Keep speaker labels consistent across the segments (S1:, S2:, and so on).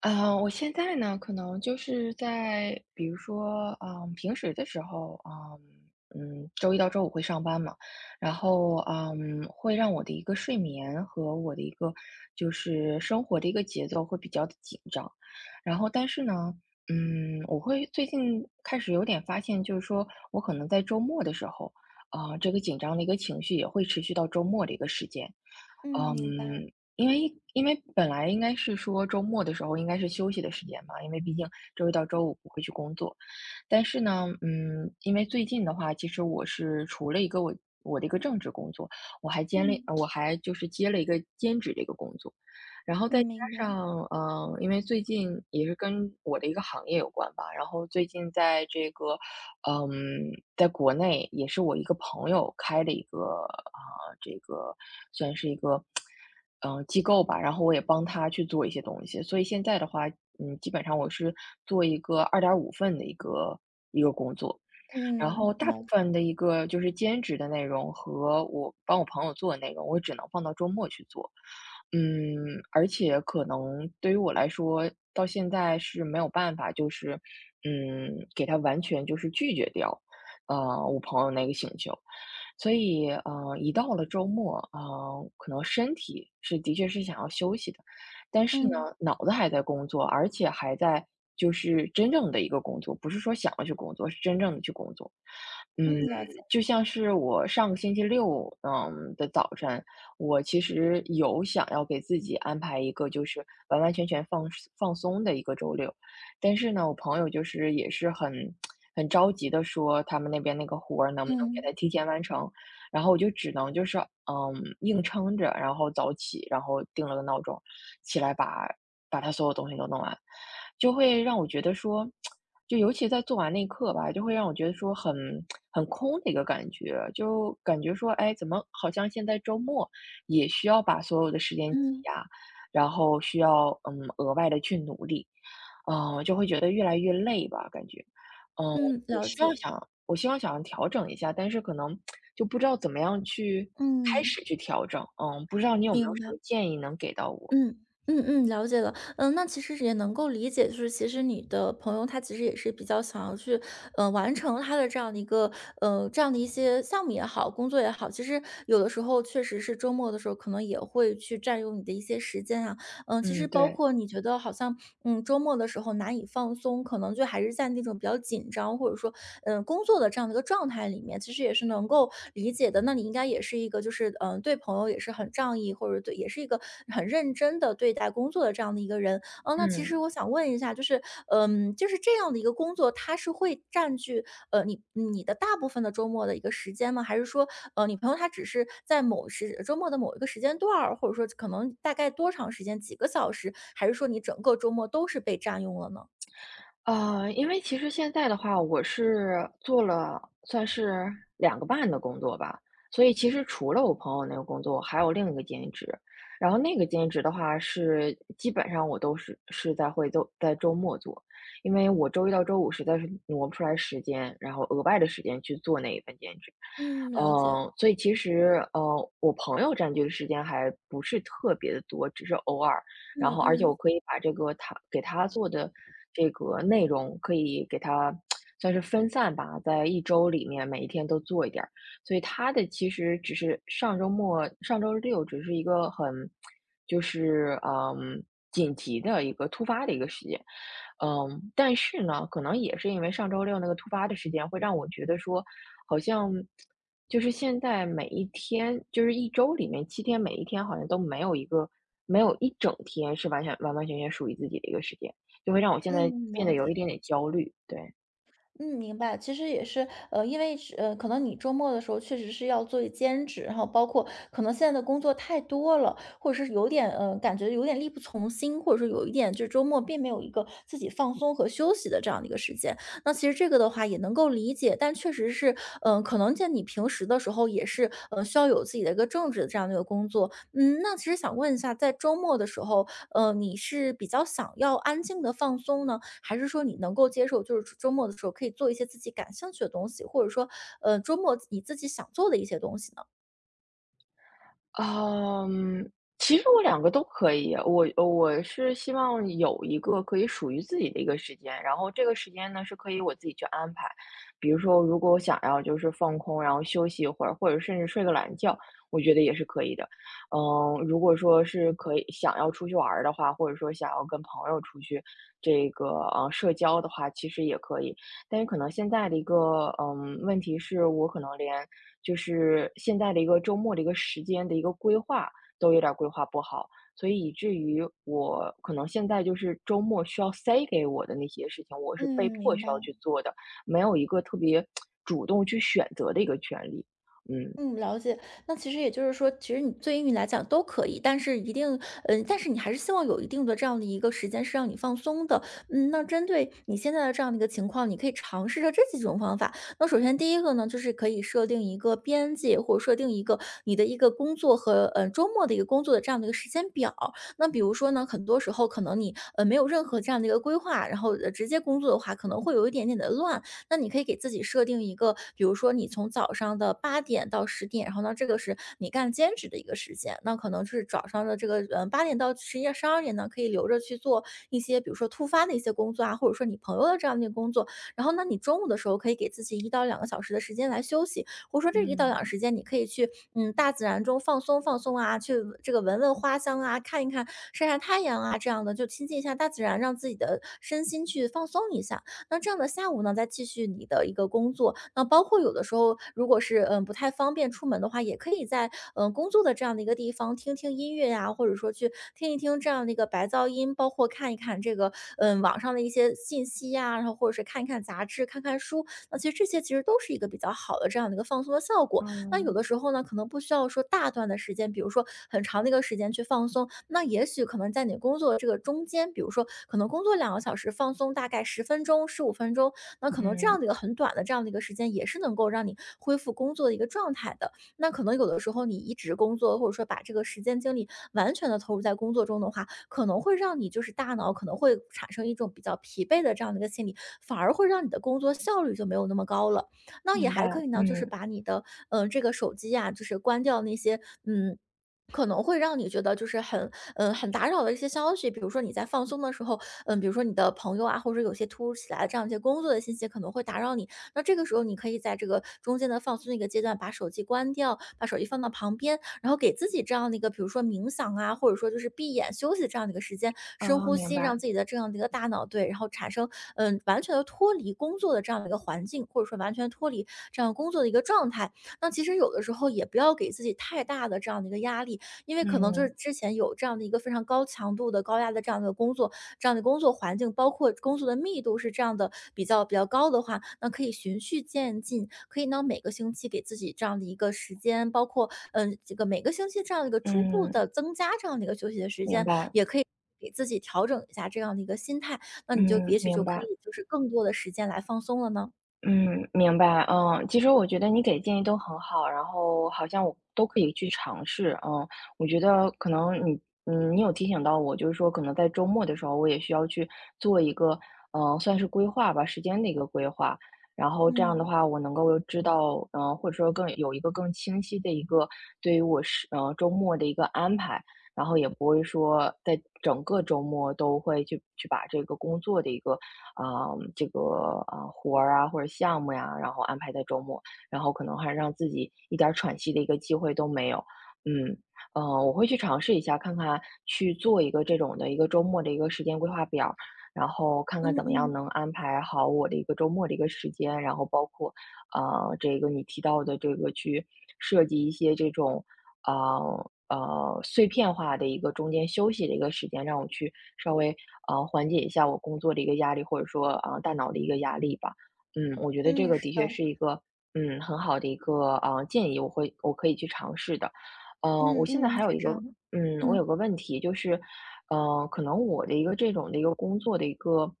S1: 我现在呢，可能就是在比如说，平时的时候，周一到周五会上班嘛，然后会让我的一个睡眠和我的一个就是生活的一个节奏会比较的紧张，然后但是呢，我会最近开始有点发现，就是说我可能在周末的时候，这个紧张的一个情绪也会持续到周末的一个时间。
S2: 嗯，
S1: 嗯，
S2: 明白，
S1: 因为因为本来应该是说周末的时候应该是休息的时间嘛，因为毕竟周一到周五不会去工作。但是呢，因为最近的话，其实我是除了一个我的一个正职工作，我还兼了，
S2: 嗯，
S1: 我还就是接了一个兼职的一个工作。然后
S2: 嗯，
S1: 再加
S2: 明白，
S1: 上，因为最近也是跟我的一个行业有关吧，然后最近在这个，嗯，在国内也是我一个朋友开的一个，啊、这个算是一个，机构吧，然后我也帮他去做一些东西，所以现在的话，基本上我是做一个2.5份的一个工作，然后
S2: 嗯，
S1: 大部
S2: 了解，
S1: 分的一个就是兼职的内容和我帮我朋友做的内容，我只能放到周末去做。嗯，而且可能对于我来说，到现在是没有办法，就是给他完全就是拒绝掉，呃，我朋友那个请求。所以，一到了周末，可能身体是的确是想要休息的，但是
S2: 嗯，
S1: 呢，脑子还在工作，而且还在就是真正的一个工作，不是说想要去工作，是真正的去工作。嗯嗯。
S2: 嗯，了解，
S1: 就像是我上个星期六，的早晨，我其实有想要给自己安排一个就是完完全全放松的一个周六。但是呢，我朋友就是也是很着急的说，他们那边那个活儿能不能给
S2: 嗯，
S1: 他提前完成，然后我就只能就是，硬撑着，然后早起，然后定了个闹钟，起来把他所有东西都弄完，就会让我觉得说，就尤其在做完那一刻吧，就会让我觉得说很空的一个感觉，就感觉说，哎，怎么好像现在周末也需要把所有的时间挤
S2: 嗯，
S1: 压，然后需要额外的去努力。就会觉得越来越累吧，感觉。嗯，
S2: 嗯，
S1: 我
S2: 了
S1: 希望
S2: 解，
S1: 想我希望想调整一下，但是可能就不知道怎么样去开
S2: 嗯，
S1: 始去调整，不知道你有没有
S2: 明
S1: 什
S2: 白，
S1: 么建议能给到我？
S2: 嗯。嗯嗯，了解了。嗯，那其实也能够理解，就是其实你的朋友他其实也是比较想要去，完成他的这样的一个，这样的一些项目也好，工作也好。其实有的时候确实是周末的时候，可能也会去占用你的一些时间啊。嗯，其实
S1: 嗯，
S2: 包
S1: 对，
S2: 括你觉得好像，周末的时候难以放松，可能就还是在那种比较紧张，或者说，工作的这样的一个状态里面，其实也是能够理解的。那你应该也是一个，就是，对朋友也是很仗义，或者对，也是一个很认真的对待工作的这样的一个人。嗯，那其实
S1: 嗯。
S2: 我想问一下，就是这样的一个工作，它是会占据，你的大部分的周末的一个时间吗？还是说，你朋友他只是在某时周末的某一个时间段儿，或者说可能大概多长时间，几个小时，还是说你整个周末都是被占用了呢？
S1: 因为其实现在的话，我是做了算是2个半的工作吧，所以其实除了我朋友那个工作，我还有另一个兼职。然后那个兼职的话是基本上我都是在在周末做，因为我周一到周五实在是挪不出来时间，然后额外的时间去做那一份兼职。
S2: 嗯，了解。
S1: 所以其实，我朋友占据的时间还不是特别的多，只是偶尔然
S2: 嗯
S1: 后而且我
S2: 嗯。
S1: 可以把这个他给他做的这个内容可以给他算是分散吧，在一周里面每一天都做一点儿。所以他的其实只是上周末、上周六只是一个很就是紧急的一个突发的一个事件，但是呢，可能也是因为上周六那个突发的事件，会让我觉得说，好像就是现在每一天，就是一周里面7天，每一天好像都没有一个，没有一整天是完全完完全全属于自己的一个时间，就会让我现在
S2: 嗯，
S1: 变
S2: 了
S1: 得有一
S2: 解。
S1: 点点焦虑。对，
S2: 嗯，明白。其实也是，因为是可能你周末的时候确实是要做兼职，然后包括可能现在的工作太多了，或者是有点感觉有点力不从心，或者说有一点就是周末并没有一个自己放松和休息的这样的一个时间。那其实这个的话也能够理解，但确实是，可能在你平时的时候也是，需要有自己的一个正职的这样的一个工作。嗯，那其实想问一下，在周末的时候，你是比较想要安静的放松呢？还是说你能够接受，就是周末的时候可以做一些自己感兴趣的东西，或者说，周末你自己想做的一些东西呢？
S1: 嗯，其实我两个都可以，我是希望有一个可以属于自己的一个时间，然后这个时间呢是可以我自己去安排。比如说，如果我想要就是放空，然后休息一会儿，或者甚至睡个懒觉，我觉得也是可以的。如果说是可以想要出去玩儿的话，或者说想要跟朋友出去这个社交的话，其实也可以。但是可能现在的一个问题是我可能连就是现在的一个周末的一个时间的一个规划都有点儿规划不好，所以以至于我可能现在就是周末需要塞给我的那些事情，我是被
S2: 嗯，
S1: 迫
S2: 明
S1: 需要
S2: 白。
S1: 去做的，没有一个特别主动去选择的一个权利。嗯。
S2: 嗯，了解。那其实也就是说，其实你对于你来讲都可以，但是一定，但是你还是希望有一定的这样的一个时间是让你放松的。嗯，那针对你现在的这样的一个情况，你可以尝试着这几种方法。那首先第一个呢，就是可以设定一个边界，或者设定一个你的一个工作和周末的一个工作的这样的一个时间表。那比如说呢，很多时候可能你没有任何这样的一个规划，然后直接工作的话，可能会有一点点的乱。那你可以给自己设定一个，比如说你从早上的8点到10点，然后呢，这个是你干兼职的一个时间，那可能是早上的这个8点到11、12点呢，可以留着去做一些，比如说突发的一些工作啊，或者说你朋友的这样的一个工作。然后呢，你中午的时候可以给自己1到2个小时的时间来休息，或者说这一到
S1: 嗯，
S2: 两时间你可以去大自然中放松放松啊，去这个闻闻花香啊，看一看晒晒太阳啊，这样的就亲近一下大自然，让自己的身心去放松一下。那这样的下午呢，再继续你的一个工作。那包括有的时候，如果是不太方便出门的话，也可以在工作的这样的一个地方听听音乐呀、或者说去听一听这样的一个白噪音，包括看一看这个网上的一些信息呀、然后或者是看一看杂志、看看书。那其实这些其实都是一个比较好的这样的一个放松的效果。那有
S1: 嗯
S2: 的时候呢，可能不需要说大段的时间，比如说很长的一个时间去放松，那也许可能在你工作这个中间，比如说可能工作两个小时，放松大概10分钟、15分钟，那可能这样
S1: 嗯，
S2: 的一个很短的这样的一个时间，也是能够让你恢复工作的一个状态的。那可能有的时候你一直工作，或者说把这个时间精力完全的投入在工作中的话，可能会让你就是大脑可能会产生一种比较疲惫的这样的一个心理，反而会让你的工作效率就没有那么高了。那也
S1: 明
S2: 还
S1: 白，
S2: 可以呢，就是
S1: 嗯，
S2: 把你的，这个手机呀，就是关掉那些，可能会让你觉得就是很打扰的一些消息，比如说你在放松的时候，比如说你的朋友啊，或者有些突如其来的这样一些工作的信息可能会打扰你。那这个时候你可以在这个中间的放松的一个阶段，把手机关掉，把手机放到旁边，然后给自己这样的一个，比如说冥想啊，或者说就是闭眼休息这样的一个时间，深
S1: 哦，
S2: 呼
S1: 明
S2: 吸，
S1: 白，
S2: 让自己的这样的一个大脑对，然后产生完全的脱离工作的这样的一个环境，或者说完全脱离这样工作的一个状态。那其实有的时候也不要给自己太大的这样的一个压力，因为可能就是
S1: 嗯，
S2: 之前有这样的一个非常高强度的、高压的这样的工作这样的工作环境，包括工作的密度是这样的比较高的话，那可以循序渐进，可以呢每个星期给自己这样的一个时间，包括这个每个星期这样的一个逐步
S1: 嗯，
S2: 的增加这样的一个休息的时
S1: 明
S2: 间，
S1: 白，
S2: 也可以。给自己调整一下这样的一个心态，那你就也
S1: 嗯，
S2: 许就
S1: 明
S2: 可
S1: 白。
S2: 以就是更多的时间来放松了呢。
S1: 嗯，明白，其实我觉得你给的建议都很好，然后好像我都可以去尝试，我觉得可能你，你有提醒到我，就是说可能在周末的时候，我也需要去做一个，算是规划吧，时间的一个规划，然后这样的
S2: 嗯
S1: 话，我能够知道，或者说更有一个更清晰的一个对于我是，周末的一个安排，然后也不会说在整个周末都会去把这个工作的一个这个活儿啊或者项目呀，然后安排在周末，然后可能还让自己一点儿喘息的一个机会都没有。嗯，我会去尝试一下，看看去做一个这种的一个周末的一个时间规划表，然后看看
S2: 嗯
S1: 怎么样
S2: 嗯
S1: 能安排好我的一个周末的一个时间，然后包括这个你提到的这个去设计一些这种碎片化的一个中间休息的一个时间，让我去稍微缓解一下我工作的一个压力，或者说大脑的一个压力吧。我觉得这
S2: 嗯，
S1: 个
S2: 是
S1: 的确
S2: 的，
S1: 是一个很好的一个建议，我可以去尝试的。
S2: 嗯
S1: 我现在
S2: 嗯，
S1: 还有
S2: 是
S1: 一
S2: 这
S1: 个
S2: 样的，
S1: 嗯，我有
S2: 嗯。
S1: 个问题就是，可能我的一个这种的一个工作的一个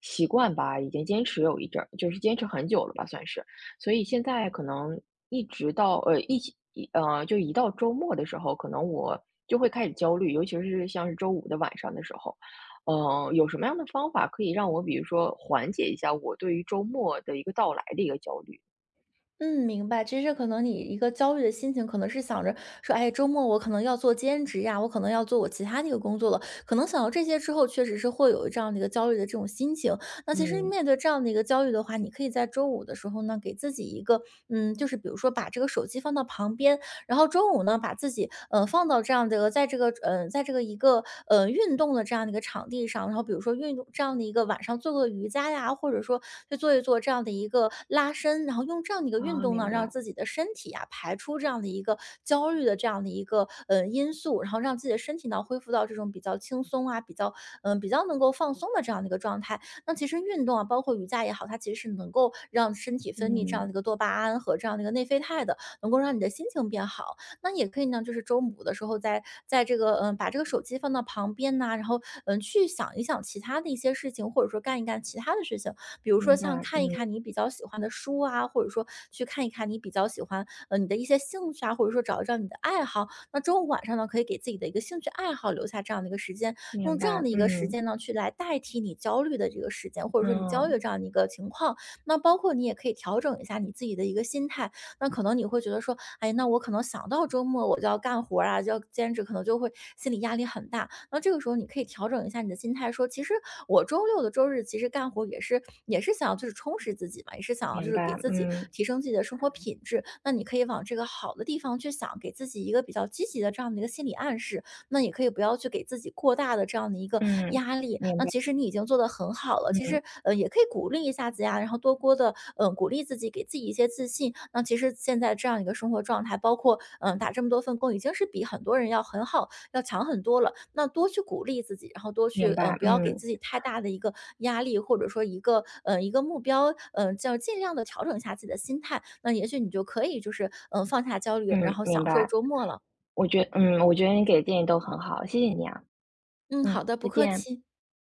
S1: 习惯吧，已经坚持有一阵儿，就是坚持很久了吧，算是。所以现在可能一直到呃一起一呃，就一到周末的时候，可能我就会开始焦虑，尤其是像是周五的晚上的时候，有什么样的方法可以让我比如说缓解一下我对于周末的一个到来的一个焦虑？
S2: 嗯，明白。其实可能你一个焦虑的心情，可能是想着说，哎，周末我可能要做兼职呀，我可能要做我其他的一个工作了。可能想到这些之后，确实是会有这样的一个焦虑的这种心情。那其实
S1: 嗯，
S2: 面对这样的一个焦虑的话，你可以在周五的时候呢，给自己一个，就是比如说把这个手机放到旁边，然后中午呢，把自己放到这样的一个在这个一个运动的这样的一个场地上，然后比如说运动这样的一个晚上做个瑜伽呀，或者说去做一做这样的一个拉伸，然后用这样的一个运
S1: 啊，
S2: 动呢，
S1: 明
S2: 让
S1: 白，
S2: 自己的身体啊排出这样的一个焦虑的这样的一个因素，然后让自己的身体呢恢复到这种比较轻松啊，比较能够放松的这样的一个状态。那其实运动啊，包括瑜伽也好，它其实是能够让身体分泌这样的一
S1: 嗯，
S2: 个多巴胺和这样的一个内啡肽的，能够让你的心情变好。那也可以呢，就是周五的时候在这个把这个手机放到旁边呐，然后去想一想其他的一些事情，或者说干一干其他的事情，比如说
S1: 明
S2: 像
S1: 白，
S2: 看一
S1: 嗯，
S2: 看你比较喜欢的书啊，或者说去看一看你比较喜欢你的一些兴趣啊，或者说找一找你的爱好。那周五晚上呢，可以给自己的一个兴趣爱好留下这样的一个时间，
S1: 明
S2: 用这样
S1: 白，
S2: 的一个时
S1: 嗯，
S2: 间呢，去来代替你焦虑的这个时间，或者说你焦虑
S1: 嗯，
S2: 的这样的一个情况。那包括你也可以调整一下你自己的一个心态。那可能你会觉得说，哎，那我可能想到周末我就要干活儿啊，就要兼职，可能就会心理压力很大。那这个时候你可以调整一下你的心态，说其实我周六的周日其实干活也是想要就是充实自己嘛，也是想要就
S1: 明
S2: 是给
S1: 白，
S2: 自己
S1: 嗯，
S2: 提升自己的生活品质。那你可以往这个好的地方去想，给自己一个比较积极的这样的一个心理暗示。那也可以不要去给自己过大的这样的一个
S1: 嗯，
S2: 压力。
S1: 明
S2: 那
S1: 白，
S2: 其实你已经做得很好了，其
S1: 嗯，
S2: 实也可以鼓励一下自己啊，然后多多的鼓励自己，给自己一些自信。那其实现在这样一个生活状态，包括打这么多份工，已经是比很多人要很好，要强很多了。那多去鼓励自己，然后多去
S1: 明白，
S2: 不要给
S1: 嗯，
S2: 自己太大的一个压力，或者说一个一个目标，叫尽量的调整一下自己的心态。那也许你就可以就是放下焦虑，然
S1: 嗯，
S2: 后
S1: 明
S2: 享受
S1: 白。
S2: 周末了。
S1: 我觉得你给的建议都很好，谢谢你啊，
S2: 嗯，好的，不
S1: 再
S2: 客
S1: 见。
S2: 气。